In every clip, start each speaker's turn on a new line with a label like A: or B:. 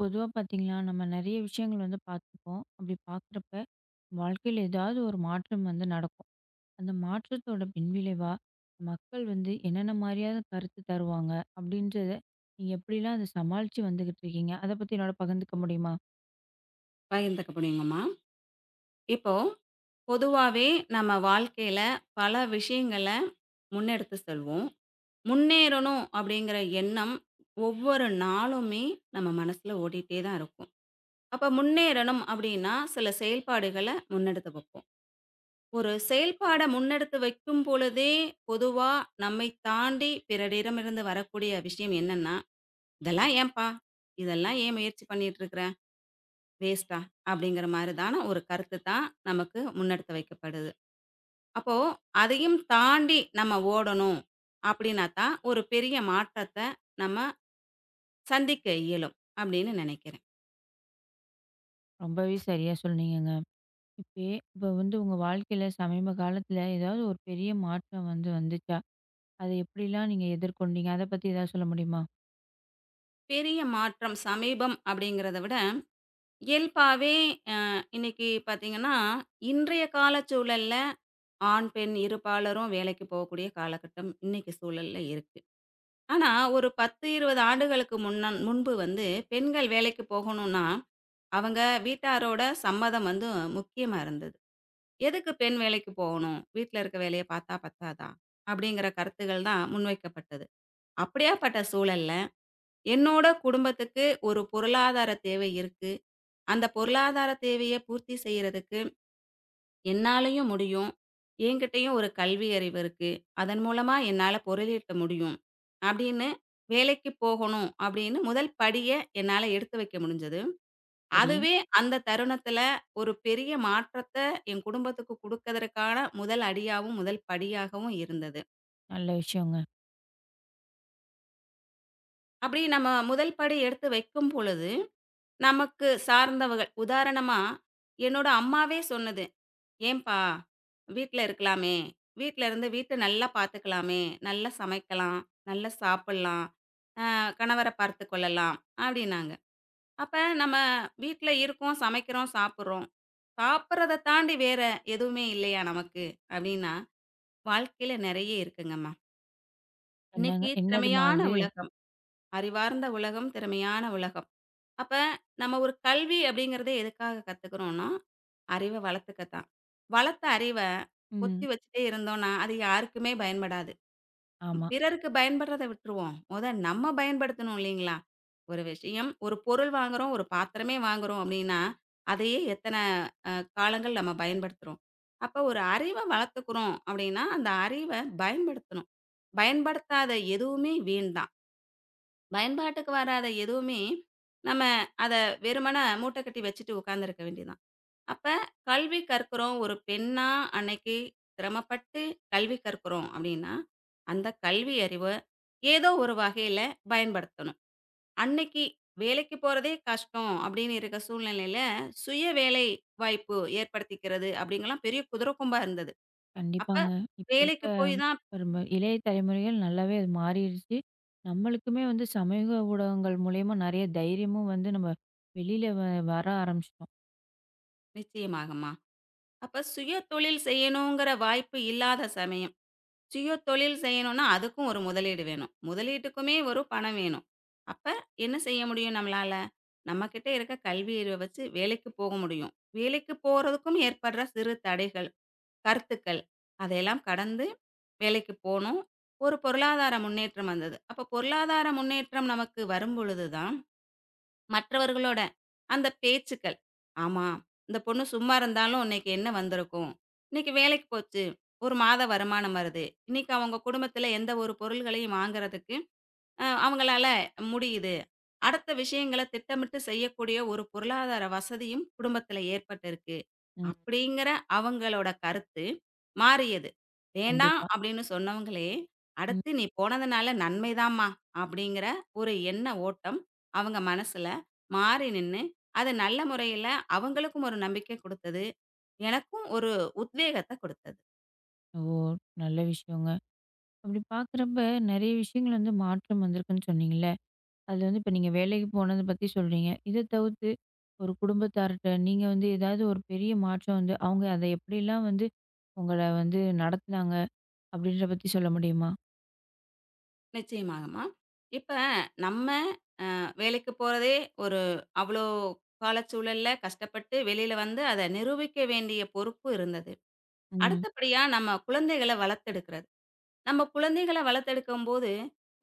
A: பொதுவாக பார்த்தீங்களா, நம்ம நெறைய விஷயங்கள் வந்து பார்த்துப்போம். அப்படி பார்க்குறப்ப, வாழ்க்கையில ஏதாவது ஒரு மாற்றம் வந்து நடக்கும். அந்த மாற்றத்தோட பின்விளைவா, மக்கள் வந்து என்னென்ன மாரியான கருத்து தருவாங்க? அப்படின்றத நீங்க எப்படிலாம் அத சமாளிச்சு வந்துகிட்டு இருக்கீங்க? அத பத்தி என்னோட பகிர்ந்துக்க முடியுமா?
B: பகிர்ந்துக்க முடியுங்கம்மா. இப்போ பொதுவாவே நம்ம வாழ்க்கையில பல விஷயங்கள முன்னெடுத்து செல்வோம். முன்னேறணும் அப்படிங்கிற எண்ணம் ஒவ்வொரு நாளுமே நம்ம மனசுல ஓடிட்டே தான் இருக்கும். அப்ப முன்னேறணும் அப்படின்னா சில செயல்பாடுகள முன்னெடுத்து வைப்போம். ஒரு செயல்பாட முன்னெடுத்து வைக்கும் பொழுதே பொதுவா நம்மை தாண்டி பிறரிடமிருந்து வரக்கூடிய விஷயம் என்னன்னா, "இதெல்லாம் ஏன்பா? இதெல்லாம் ஏன் முயற்சி பண்ணிட்டு இருக்கிற? வேஸ்ட்டா? அப்படிங்கிற மாரிதான ஒரு கருத்து தான் நமக்கு முன்னெடுத்து வைக்கப்படுது. அப்போ அதையும் தாண்டி நம்ம ஓடணும் அப்படின்னா தான், ஒரு பெரிய மாற்றத்த நம்ம சந்திக்க இயலும் அப்படின்னு நெனைக்கிறேன்.
A: ரொம்பவே சரியா சொன்னீங்கங்க. இப்பயே இப்ப வந்து உங்க வாழ்க்கையில சமீப காலத்துல ஏதாவது ஒரு பெரிய மாற்றம் வந்து வந்துச்சா? அத எப்படிலாம் நீங்க எதிர்கொண்டீங்க? அத பத்தி ஏதாவது சொல்ல முடியுமா?
B: பெரிய மாற்றம் சமீபம் அப்படிங்கிறத விட, இயல்பாவே அ இன்னைக்கு பார்த்தீங்கன்னா, இன்றைய கால சூழல்ல ஆண், பெண் இருபாலரும் வேலைக்கு போகக்கூடிய காலகட்டம் இன்னைக்கு சூழல்ல இருக்கு. ஆனா ஒரு 10, 20 ஆண்டுகளுக்கு முன்ன முன்பு வந்து பெண்கள் வேலைக்கு போகணும்னா அவங்க வீட்டாரோட சம்மதம் வந்து முக்கியமா இருந்தது. "எதுக்கு பெண் வேலைக்கு போகணும்? வீட்ல இருக்க வேலைய பார்த்தா பத்தாதா?" அப்படிங்கிற கருத்துகள் தான் முன்வைக்கப்பட்டது. அப்படியாப்பட்ட சூழல்ல, என்னோட குடும்பத்துக்கு ஒரு பொருளாதார தேவை இருக்கு. அந்த பொருளாதார தேவைய பூர்த்தி செய்யறதுக்கு என்னாலயும் முடியும். என்கிட்டயும் ஒரு கல்வி அறிவு இருக்கு. அதன் மூலமா என்னால பொருளீட்ட முடியும். அப்படின்னு வேலைக்கு போகணும் அப்படின்னு முதல் படிய என்னால எடுத்து வைக்க முடிஞ்சது.
A: சரி.
B: அதுவே அந்த தருணத்துல ஒரு பெரிய மாற்றத்த என் குடும்பத்துக்கு குடுக்கதற்கான முதல் அடியாவும், முதல் படியாகவும் இருந்தது.
A: நல்ல விஷயங்க.
B: அப்படி நம்ம முதல் படி எடுத்து வைக்கும் பொழுது, நமக்கு சார்ந்தவர்கள் உதாரணமா என்னோட அம்மாவே சொன்னது, "ஏன்பா வீட்ல இருக்கலாமே! வீட்ல இருந்து வீட்ட நல்லா பார்த்துக்கலாமே! நல்லா சமைக்கலாம், நல்லா சாப்பிடலாம், கணவர பார்த்துக் கொள்ளலாம்" அப்படின்னாங்க. அப்ப நம்ம வீட்ல இருக்கோம், சமைக்கிறோம், சாப்பிடுறோம். சாப்பிடுறத தாண்டி வேற எதுவுமே இல்லையா நமக்கு? அப்டின்னா, வாழ்க்கையில நெறைய இருக்குங்கம்மா. இன்னைக்கு
A: என்னங்க என்னதும்மா
B: திறமையான
A: அது?
B: உலகம். அறிவார்ந்த உலகம், திறமையான உலகம். அப்ப நம்ம ஒரு கல்வி அப்டிங்கிறத எதுக்காக கத்துக்கிறோம்னா, அறிவ வளர்த்துக்க தான். வளர்த்த அறிவ பொத்தி
A: ம்.
B: வச்சுட்டே இருந்தோம்னா, அது யாருக்குமே பயன்படாது.
A: ஆமா.
B: பிறருக்கு பயன்படுறத விட்டுருவோம். மொத நம்ம பயன்படுத்தணும் இல்லைங்களா? ஒரு விஷயம், ஒரு பொருள் வாங்குறோம், ஒரு பாத்திரமே வாங்குறோம் அப்டின்னா, அதையே எத்தன காலங்கள் நம்ம பயன்படுத்துறோம். அப்ப ஒரு அறிவ வளர்த்துக்கிறோம் அப்படின்னா, அந்த அறிவ பயன்படுத்தணும். பயன்படுத்தாத எதுவுமே வீண் தான். பயன்பாட்டுக்கு வராத எதுவுமே நம்ம அத வெறுமன மூட்டை கட்டி வச்சுட்டு உட்கார்ந்திருக்க வேண்டியதுதான். அப்ப கல்வி கற்கிறோம் ஒரு பெண்ணா அன்னைக்கு சிரமப்பட்டு கல்வி கற்கிறோம் அப்படின்னா, அந்த கல்வி அறிவ ஏதோ ஒரு வகையில பயன்படுத்தணும். அன்னைக்கு வேலைக்கு போறதே கஷ்டம் அப்படின்னு இருக்க சூழ்நிலையில, சுய வேலை வாய்ப்பு ஏற்படுத்திக்கிறது அப்படிங்கலாம் பெரிய குதிரை கொம்பா இருந்தது. அப்ப
A: கண்டிப்பாங்க. இப்ப இருக்க
B: வேலைக்கு போய் தான்
A: ஒரு இளைய தலைமுறைகள் நல்லாவே அது மாறிருச்சு. நம்மளுக்குமே வந்து சமூக ஊடகங்கள் மூலியமா நெறைய தைரியமும் வந்து நம்ம வெளியில வர ஆரம்பிச்சுட்டோம்.
B: நிச்சயமாகம்மா. அப்ப சுய தொழில் செய்யணுங்கிற வாய்ப்பு இல்லாத சமயம், சுய தொழில் செய்யணும்னா அதுக்கும் ஒரு முதலீடு வேணும். முதலீட்டுக்குமே ஒரு பணம் வேணும். அப்ப என்ன செய்ய முடியும் நம்மளால? நம்மகிட்ட இருக்க கல்வி அறிவ வச்சு வேலைக்கு போக முடியும். வேலைக்கு போறதுக்கும் ஏற்படுற சிறு தடைகள். கருத்துக்கள். அதையெல்லாம் கடந்து வேலைக்கு போனோம். ஒரு பொருளாதார முன்னேற்றம் வந்தது. அப்ப பொருளாதார முன்னேற்றம் நமக்கு வரும்பொழுது தான், மற்றவர்களோட அந்த பேச்சுக்கள், "ஆமா, இந்த பொண்ணு சும்மா இருந்தாலும் இன்னைக்கு என்ன வந்திருக்கும்? இன்னைக்கு வேலைக்கு போச்சு. 1 மாத வருமானம் வருது. இன்னைக்கு அவங்க குடும்பத்தில எந்த ஒரு பொருள்களையும் வாங்குறதுக்கு அவங்களால முடியுது. அடுத்த விஷயங்கள திட்டமிட்டு செய்யக்கூடிய ஒரு பொருளாதார வசதியும் குடும்பத்தில ஏற்பட்டிருக்கு.
A: ம்.
B: அப்படிங்கிற அவங்களோட கருத்து மாறியது. வேண்டாம்
A: கண்டிப்பா.
B: அப்படின்னு சொன்னவங்களே,
A: ம்.
B: "அடுத்து நீ போனதுனால நன்மை தான்மா" அப்படிங்கிற ஒரு எண்ண ஓட்டம் அவங்க மனசுல மாறி நின்னு, அது நல்ல முறையில அவங்களுக்கும் ஒரு நம்பிக்கை குடுத்தது. எனக்கும் ஒரு உத்வேகத்த குடுத்தது.
A: ஓ! நல்ல விஷயங்க. அப்படி பார்க்குறப்ப நெறைய விஷயங்கள் வந்து மாற்றம் வந்திருக்குன்னு சொன்னீங்கல்ல. அதுல வந்து இப்ப நீங்க வேலைக்கு போனத பத்தி சொல்றீங்க. இத தவிர்த்து ஒரு குடும்பத்தார்ட்ட நீங்க வந்து ஏதாவது ஒரு பெரிய மாற்றம் வந்து அவங்க அத எப்படிலாம் வந்து உங்கள வந்து நடத்துனாங்க அப்படின்ற பத்தி சொல்ல முடியுமா?
B: நிச்சயமாகம்மா. இப்ப நம்ம வேலைக்கு போறதே ஒரு அவ்வளோ காலச்சூழல்ல கஷ்டப்பட்டு வெளியில வந்து அத நிரூபிக்க வேண்டிய பொறுப்பு இருந்தது.
A: ம்.
B: அடுத்தபடியா நம்ம குழந்தைகள வளர்த்தெடுக்கிறது. நம்ம குழந்தைகள வளர்த்தெடுக்கும்போது,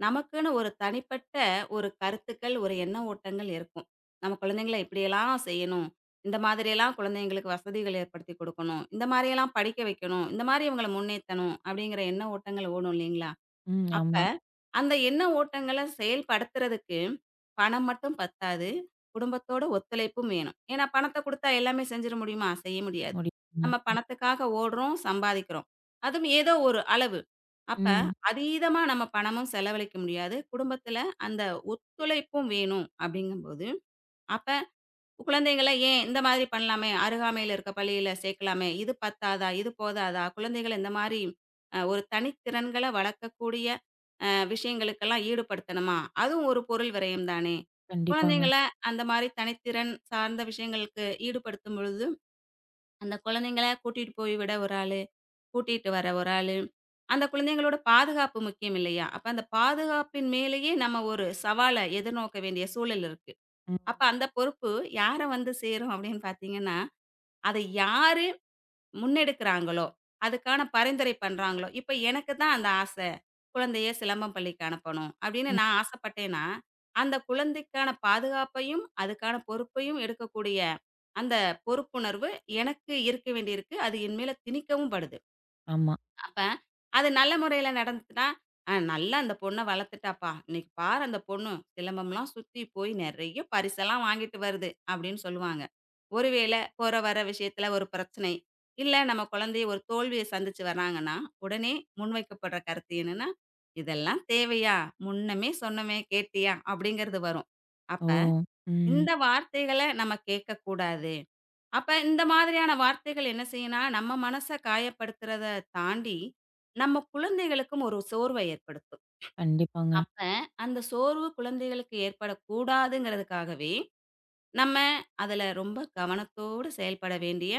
B: நமக்குன்னு ஒரு தனிப்பட்ட ஒரு கருத்துக்கள், ஒரு எண்ண ஓட்டங்கள் இருக்கும். நம்ம குழந்தைங்கள இப்படியெல்லாம் செய்யணும். இந்த மாதிரியெல்லாம் குழந்தைங்களுக்கு வசதிகள் ஏற்படுத்தி குடுக்கணும். இந்த மாரியெல்லாம் படிக்க வைக்கணும். இந்த மாரி இவங்கள முன்னேத்தணும். அப்படிங்கிற எண்ண ஓட்டங்கள் ஓடும் இல்லைங்களா?
A: ம்.
B: அப்ப,
A: ஆமா.
B: அந்த எண்ண ஓட்டங்கள செயல்படுத்துறதுக்கு, பணம் மட்டும் பத்தாது. குடும்பத்தோட ஒத்துழைப்பும் வேணும். ஏன்னா பணத்த குடுத்தா எல்லாமே செஞ்சிட முடியுமா? செய்ய முடியாது.
A: முடியுங்க.
B: நம்ம பணத்துக்காக ஓடுறோம், சம்பாதிக்கிறோம். அதுவும் ஏதோ ஒரு அளவு. அப்ப
A: ம்.
B: அதீதமா நம்ம பணமும் செலவழிக்க முடியாது. குடும்பத்தில அந்த ஒத்துழைப்பும் வேணும், அப்படிங்கும்போது, அப்ப குழந்தைகள ஏன் இந்த மாதிரி பண்ணலாமே, அருகாமையில இருக்க பள்ளியில சேர்க்கலாமே, இது பத்தாதா? இது போதாதா? குழந்தைகள இந்த மாரி ஒரு தனித்திறன்கள வளர்க்கக்கூடிய விஷயங்களுக்கெல்லாம் ஈடுபடுத்தணுமா? அதுவும் ஒரு பொருள் விரயம் தானே!
A: கண்டிப்பாங்க.
B: குழந்தைங்கள அந்த மாரி தனித்திறன் சார்ந்த விஷயங்களுக்கு ஈடுபடுத்தும் பொழுது, அந்த குழந்தைங்கள கூட்டிட்டு போய் விட ஒரு ஆளு, கூட்டிட்டு வர ஒரு ஆளு, அந்த குழந்தைங்களோட பாதுகாப்பு முக்கியம் இல்லையா? அப்ப அந்த பாதுகாப்பின் மேலேயே நம்ம ஒரு சவால எதிர்நோக்க வேண்டிய சூழல் இருக்கு.
A: ம்.
B: அப்ப அந்த பொறுப்பு யார வந்து சேரும் அப்படின்னு பார்த்தீங்கன்னா, அதை யாரு முன்னெடுக்கிறாங்களோ, அதுக்கான பரிந்துரை பண்றாங்களோ, இப்ப எனக்கு தான் அந்த ஆசை. குழந்தைய சிலம்பம் பள்ளிக்கு அனுப்பணும் அப்படின்னு
A: ம்.
B: நான் ஆசைப்பட்டேன்னா, அந்த குழந்தைக்கான பாதுகாப்பையும், அதுக்கான பொறுப்பையும் எடுக்கக்கூடிய அந்த பொறுப்புணர்வு எனக்கு இருக்க வேண்டியிருக்கு. அது என் மேல திணிக்கவும் படுது.
A: ஆமா.
B: அப்ப, அது நல்ல முறையில நடந்துச்சுன்னா, நல்லா அந்த பொண்ண வளர்த்துட்டாப்பா! இன்னைக்கு பாரு அந்த பொண்ணு சிலம்பம்லாம் சுத்தி போய் நெறைய பரிசெல்லாம் வாங்கிட்டு வருது" அப்படின்னு சொல்லுவாங்க. ஒருவேளை போற வர விஷயத்துல ஒரு பிரச்சனை, இல்ல நம்ம குழந்தை ஒரு தோல்விய சந்திச்சு வர்றாங்கன்னா, உடனே முன்வைக்கப்படுற கருத்து என்னன்னா, "இதெல்லாம் தேவையா? முன்னமே சொன்னோமே கேட்டியா?" அப்படிங்கிறது வரும்.
A: ஓ!
B: அப்ப
A: ம்.
B: இந்த வார்த்தைகள நம்ம கேட்கக்கூடாது. அப்ப இந்த மாதிரியான வார்த்தைகள் என்ன செய்யும்னா, நம்ம மனச காயப்படுத்துறத தாண்டி, நம்ம குழந்தைகளுக்கும் ஒரு சோர்வ ஏற்படுத்தும்.
A: கண்டிப்பாங்க,
B: அப்ப அந்த சோர்வு குழந்தைகளுக்கு ஏற்படக்கூடாதுங்கிறதுக்காகவே, நம்ம அதுல ரொம்ப கவனத்தோடு செயல்பட வேண்டிய,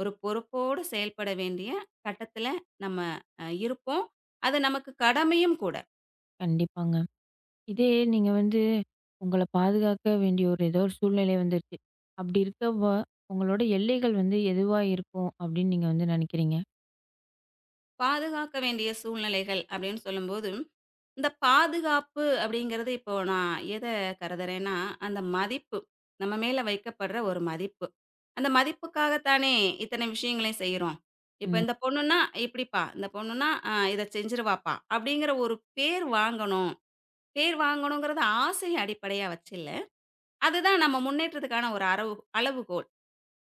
B: ஒரு பொறுப்போடு செயல்பட வேண்டிய கட்டத்துல நம்ம இருப்போம். அது நமக்கு கடமையும் கூட.
A: கண்டிப்பாங்க. இதே நீங்க வந்து உங்கள பாதுகாக்க வேண்டிய ஒரு ஏதோ ஒரு சூழ்நிலை வந்துருச்சு. அப்படி இருக்கப்ப உங்களோட எல்லைகள் வந்து எதுவா இருக்கும் அப்படின்னு நீங்க வந்து நினைக்கிறீங்க?
B: பாதுகாக்க வேண்டிய சூழ்நிலைகள் அப்படின்னு சொல்லும்போது இந்த பாதுகாப்பு அப்படிங்கிறது இப்போ நான் எத கருதுறேன்னா, அந்த மதிப்பு. நம்ம மேல வைக்கப்படுற ஒரு மதிப்பு. அந்த மதிப்புக்காகத்தானே இத்தனை விஷயங்களையும் செய்றோம். இப்ப
A: ம்.
B: இந்த பொண்ணுன்னா இப்படிப்பா, இந்த பொண்ணுன்னா இத செஞ்சுருவாப்பா, அப்படிங்கிற ஒரு பேர் வாங்கணும். பேர் வாங்கணுங்கிறது ஆசைய அடிப்படையா வச்சு இல்ல. அதுதான் நம்ம முன்னேற்றத்துக்கான ஒரு அளவுகோல்.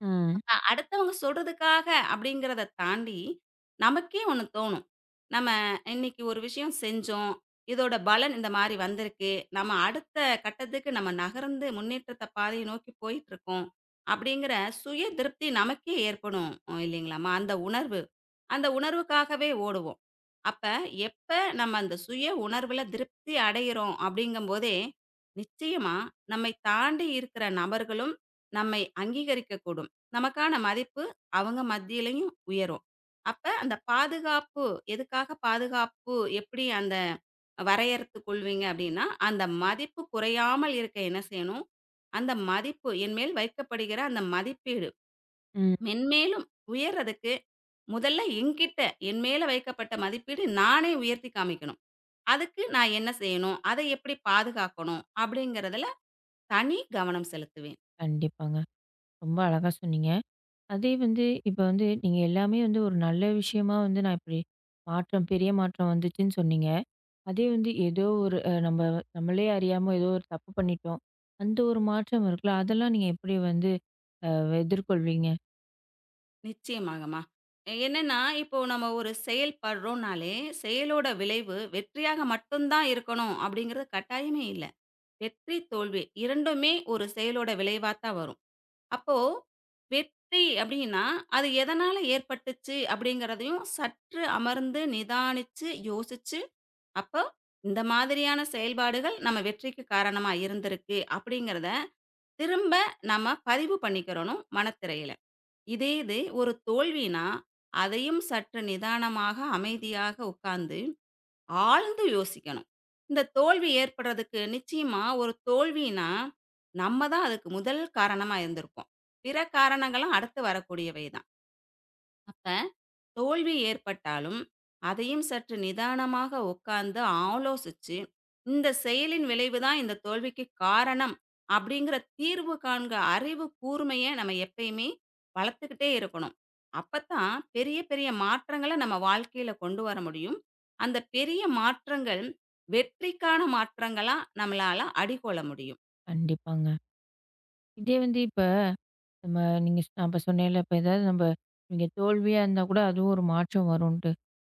A: ம்.
B: அப்ப அடுத்தவங்க சொல்றதுக்காக அப்படிங்கிறத தாண்டி, நமக்கே ஒண்ணு தோணும். நம்ம இன்னைக்கு ஒரு விஷயம் செஞ்சோம். இதோட பலன் இந்த மாரி வந்திருக்கு. நம்ம அடுத்த கட்டத்துக்கு நம்ம நகர்ந்து முன்னேற்றத்த பாதையை நோக்கி போயிட்டுருக்கோம். அப்படிங்கிற சுய திருப்தி நமக்கே ஏற்படும் இல்லைங்களாம்மா? அந்த உணர்வு. அந்த உணர்வுக்காகவே ஓடுவோம். அப்ப எப்ப நம்ம அந்த சுய உணர்வுல திருப்தி அடையிறோம் அப்படிங்கும்போதே, நிச்சயமா நம்மை தாண்டி இருக்கிற நபர்களும் நம்மை அங்கீகரிக்கக்கூடும். நமக்கான மதிப்பு அவங்க மத்தியிலயும் உயரும். அப்ப அந்த பாதுகாப்பு எதுக்காக பாதுகாப்பு எப்படி அந்த வரையறுத்துக் கொள்வீங்க அப்படின்னா, அந்த மதிப்பு குறையாமல் இருக்க என்ன செய்யணும்? அந்த மதிப்பு என் மேல் வைக்கப்படுகிற அந்த மதிப்பீடு
A: ம்.
B: மென்மேலும் உயர்றதுக்கு முதல்ல என்கிட்ட என் மேல வைக்கப்பட்ட மதிப்பீடு நானே உயர்த்தி காமிக்கணும். அதுக்கு நான் என்ன செய்யணும்? அதை எப்படி பாதுகாக்கணும்? அப்படிங்கிறதுல தனி கவனம் செலுத்துவேன்.
A: கண்டிப்பாங்க. ரொம்ப அழகா சொன்னீங்க. அதே வந்து இப்ப வந்து நீங்க எல்லாமே வந்து ஒரு நல்ல விஷயமா வந்து நான் இப்படி மாற்றம் பெரிய மாற்றம் வந்துச்சுன்னு சொன்னீங்க. அதே வந்து ஏதோ ஒரு நம்ம நம்மளே அறியாம ஏதோ ஒரு தப்பு பண்ணிட்டோம். அந்த ஒரு மாற்றம் இருக்குல்ல, அதெல்லாம் நீங்க எப்படி வந்து அ எதிர்கொள்வீங்க?
B: நிச்சயமாகம்மா. என்னன்னா, இப்போ நம்ம ஒரு செயல் படுறோம்னாலே, செயலோட விளைவு வெற்றியாக மட்டும் தான் இருக்கணும் அப்படிங்கிறது கட்டாயமே இல்ல. வெற்றி, தோல்வி இரண்டுமே ஒரு செயலோட விளைவா தான் வரும். அப்போ வெற்றி அப்படின்னா, அது எதனால ஏற்பட்டுச்சு அப்படிங்கிறதையும் சற்று அமர்ந்து நிதானிச்சு யோசிச்சு, அப்போ இந்த மாதிரியான செயல்பாடுகள் நம்ம வெற்றிக்கு காரணமா இருந்திருக்கு அப்படிங்கிறத திரும்ப நம்ம பதிவு பண்ணிக்கிறணும் மனத்திரையில. இதே இது ஒரு தோல்வினா, அதையும் சற்று நிதானமாக, அமைதியாக உட்கார்ந்து ஆழ்ந்து யோசிக்கணும். இந்த தோல்வி ஏற்படுறதுக்கு நிச்சயமா ஒரு தோல்வினா, நம்ம தான் அதுக்கு முதல் காரணமா இருந்திருப்போம். பிற காரணங்களும் அடுத்து வரக்கூடியவை தான். அப்ப தோல்வி ஏற்பட்டாலும், அதையும் சற்று நிதானமாக உட்கார்ந்து ஆலோசிச்சு, இந்த செயலின் விளைவு தான் இந்த தோல்விக்கு காரணம் அப்படிங்கிற தீர்வு காண்க அறிவு கூர்மைய நம்ம எப்பயுமே வளர்த்துக்கிட்டே இருக்கணும். அப்பத்தான் பெரிய பெரிய மாற்றங்கள நம்ம வாழ்க்கையில கொண்டு வர முடியும். அந்த பெரிய மாற்றங்கள் வெற்றிக்கான மாற்றங்களா நம்மளால அடிகொள்ள முடியும்.
A: கண்டிப்பாங்க. இதே வந்து இப்ப நம்ம நீங்க நான் இப்ப சொன்னேன்ல, இப்ப ஏதாவது நம்ம நீங்க தோல்வியா இருந்தா கூட அதுவும் ஒரு மாற்றம் வரும்ன்ட்டு.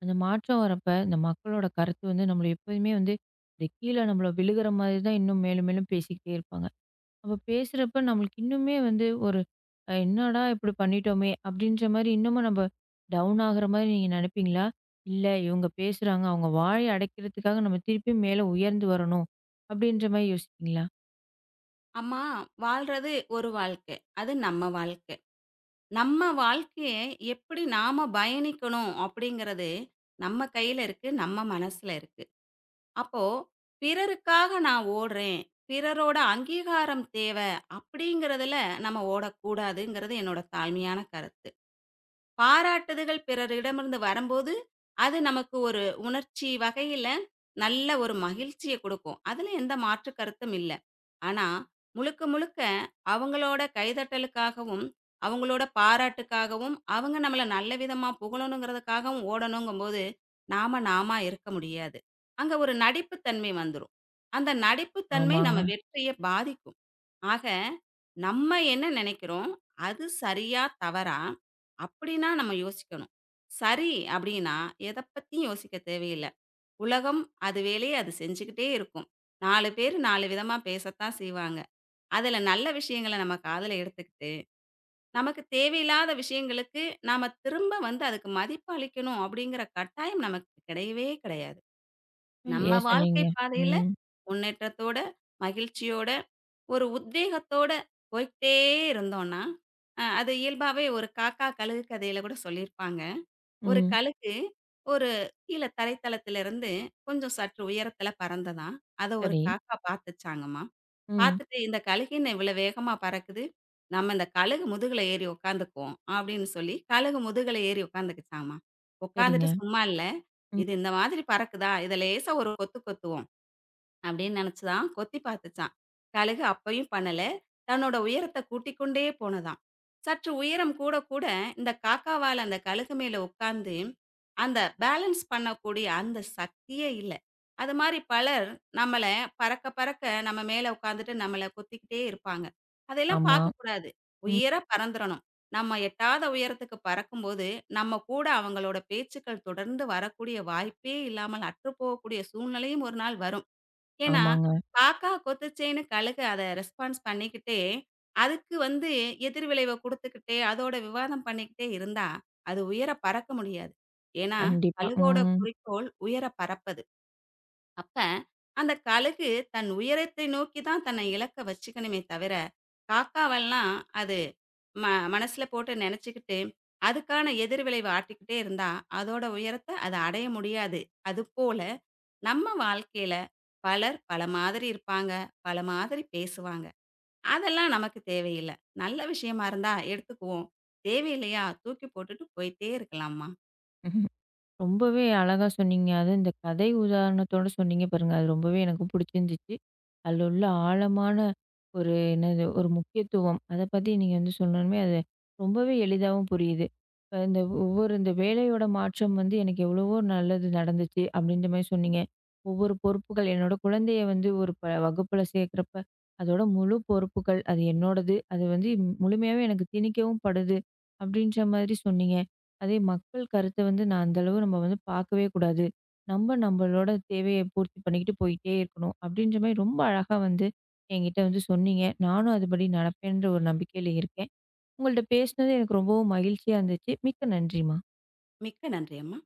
A: அந்த மாற்றம் வரப்ப இந்த மக்களோட கருத்து வந்து நம்மள எப்போதுமே வந்து இந்த கீழ நம்மள விழுகிற மாதிரி தான் இன்னும் மேலும் மேலும் பேசிக்கிட்டே இருப்பாங்க. அவ பேசுறப்ப நம்மளுக்கு இன்னுமே வந்து ஒரு என்னடா இப்படி பண்ணிட்டோமே! அப்படின்ற மாரி இன்னமும் நம்ம டவுன் ஆகுற மாரி நீங்க நினைப்பீங்களா? இல்ல இவங்க பேசுறாங்க, அவங்க வாய அடைக்கிறதுக்காக நம்ம திருப்பி மேல உயர்ந்து வரணும், அப்படின்ற மாரி யோசிப்பீங்களா?
B: அம்மா வாழ்றது ஒரு வாழ்க்கை. அது நம்ம வாழ்க்கை. நம்ம வாழ்க்கைய எப்படி நாம பயணிக்கணும் அப்படிங்கிறது நம்ம கையில இருக்கு, நம்ம மனசுல இருக்கு. அப்போ பிறருக்காக நான் ஓடுறேன், பிறரோட அங்கீகாரம் தேவை அப்படிங்கிறதுல நம்ம ஓடக்கூடாதுங்கிறது என்னோட தாழ்மையான கருத்து. பாராட்டுதல்கள் பிறரிடமிருந்து வரம்போது, அது நமக்கு ஒரு உணர்ச்சி வகையில நல்ல ஒரு மகிழ்ச்சிய குடுக்கும். அதுல எந்த மாற்று கருத்தும் இல்ல. ஆனா, முழுக்க முழுக்க அவங்களோட கைதட்டலுக்காகவும், அவங்களோட பாராட்டுக்காகவும், அவங்க நம்மள நல்ல விதமா புகழணுங்கிறதுக்காகவும் ஓடணுங்கும்போது, நாம நாமா இருக்க முடியாது. அங்க ஒரு நடிப்புத்தன்மை வந்துரும். அந்த நடிப்புத்தன்மை
A: ஆமாங்க.
B: நம்ம வெற்றிய பாதிக்கும். ஆக, நம்ம என்ன நினைக்கிறோம்? அது சரியா? தவறா? அப்படின்னா நம்ம யோசிக்கணும். சரி அப்படின்னா, எத பத்தியும் யோசிக்க தேவையில்ல. உலகம் அது வேலைய அது செஞ்சுக்கிட்டே இருக்கும். 4 பேரு 4 விதமா பேசத்தான் செய்வாங்க. அதுல நல்ல விஷயங்கள நம்ம காதுல எடுத்துக்கிட்டு, நமக்கு தேவையில்லாத விஷயங்களுக்கு நாம திரும்ப வந்து அதுக்கு மதிப்பு அளிக்கணும் அப்படிங்கிற கட்டாயம் நமக்கு கிடையவே கிடையாது. நம்ம
A: சரியா
B: வாழ்க்கை
A: சொன்னீங்க.
B: பாதையில
A: ம்.
B: முன்னேற்றத்தோட, மகிழ்ச்சியோட ஒரு உத்வேகத்தோட போய்க்கிட்டே இருந்தோம்ன்னா, அது இயல்பாவே ஒரு காக்கா, கழுகு கதையில கூட சொல்லியிருப்பாங்க. ஒரு
A: ம்.
B: கழுகு ஒரு கீழ தரைத்தளத்திலிருந்து கொஞ்சம் சற்று உயரத்தில பறந்ததாம். அத ஒரு
A: சரி.
B: காக்கா பார்த்துச்சாங்கம்மாம்.
A: ம்.
B: பார்த்துட்டு, "இந்த கழுகு என்ன இவ்வளோ வேகமா பறக்குது? நம்ம இந்த கழுகு முதுகுல ஏறி உட்காந்துக்குவோம்." அப்படின்னு சொல்லி கழுகு முதுகுல ஏறி உட்காந்துக்கிச்சாமாம். உட்காந்துட்டு
A: சரிங்க.
B: சும்மா இல்ல,
A: ம்.
B: "இது இந்த மாதிரி பறக்குதா, இத லேசா ஒரு கொத்து கொத்துவோம்." அப்படின்னு நினைச்சுதான் கொத்தி பார்த்துச்சான். கழுகு அப்பயும் பண்ணல. தன்னோட உயரத்தை கூட்டிக் கொண்டே போனதாம். சற்று உயரம் கூட கூட இந்த காக்காவால் அந்த கழுகு மேல உட்கார்ந்து அந்த பேலன்ஸ் பண்ணக்கூடிய அந்த சக்தியே இல்ல. அது மாரி பலர் நம்மள பறக்க பறக்க நம்ம மேல உட்கார்ந்துட்டு நம்மள கொத்திக்கிட்டே இருப்பாங்க. அதெல்லாம்
A: ஆமா.
B: பார்க்கக்கூடாது.
A: ம்.
B: உயர பறந்துறணும். நம்ம எட்டாத உயரத்துக்கு பறக்கும்போது, நம்ம கூட அவங்களோட பேச்சுக்கள் தொடர்ந்து வரக்கூடிய வாய்ப்பே இல்லாமல் அற்றுப்போகக்கூடிய சூழ்நிலையும் ஒரு நாள் வரும். ஏன்னா,
A: ஆமாங்க.
B: காக்கா கொத்துச்சேன்னு கழுகு அத ரெஸ்பான்ஸ் பண்ணிக்கிட்டே, அதுக்கு வந்து எதிர்விளைவ குடுத்துக்கிட்டே, அதோட விவாதம் பண்ணிக்கிட்டே இருந்தா, அது உயர பறக்க முடியாது. ஏன்னா,
A: கண்டிப்பா.
B: கழுகோட குறிக்கோள் உயர பறப்பது. அப்ப அந்த கழுகு தன் உயரத்தை நோக்கி தான் தன்னை இலக்க வச்சுக்கணுமே தவிர, காக்காவெல்லாம் அது ம மனசுல போட்டு நெனச்சுக்கிட்டு, அதுக்கான எதிர்விளைவ ஆட்டிக்கிட்டே இருந்தா, அதோட உயரத்த அது அடைய முடியாது. அதுபோல நம்ம வாழ்க்கையில பலர் பல மாதிரி இருப்பாங்க, பல மாதிரி பேசுவாங்க. அதெல்லாம் நமக்கு தேவையில்ல. நல்ல விஷயமா இருந்தா எடுத்துக்குவோம். தேவையில்லையா, தூக்கி போட்டுட்டு போயிட்டே இருக்கலாம்மா.
A: ம். ரொம்பவே அழகா சொன்னீங்க. அதுவும் இந்த கதை உதாரணத்தோட சொன்னீங்க பாருங்க. அது ரொம்பவே எனக்கு புடிச்சிருந்துச்சு. அதில உள்ள ஆழமான ஒரு என்னது ஒரு முக்கியத்துவம். அத பத்தி நீங்க வந்து சொன்னோனமே, அது ரொம்பவே எளிதாவும் புரியுது. இப்ப இந்த ஒவ்வொரு இந்த வேலையோட மாற்றம் வந்து எனக்கு எவ்வளவோ நல்லது நடந்துச்சு அப்படின்ற மாரி சொன்னீங்க. ஒவ்வொரு பொறுப்புகள் என்னோட குழந்தைய வந்து ஒரு வகுப்புல சேர்க்கிறப்ப, அதோட முழு பொறுப்புகள் அது என்னோடது. அது வந்து முழுமையாவே எனக்கு திணிக்கவும் படுது. அப்படின்ற மாதிரி சொன்னீங்க. அதே மக்கள் கருத்த வந்து நான் அந்த அளவு நம்ம வந்து பார்க்கவே கூடாது. நம்ம நம்மளோட தேவைய பூர்த்தி பண்ணிக்கிட்டு போயிட்டே இருக்கணும். அப்படின்ற மாரி ரொம்ப அழகா வந்து என்கிட்ட வந்து சொன்னீங்க. நானும் அதுபடி நடப்பேன்ற ஒரு நம்பிக்கையில இருக்கேன். உங்கள்ட்ட பேசினது எனக்கு ரொம்பவும் மகிழ்ச்சியா இருந்துச்சு. மிக்க நன்றிம்மா.
B: மிக்க நன்றி அம்மா.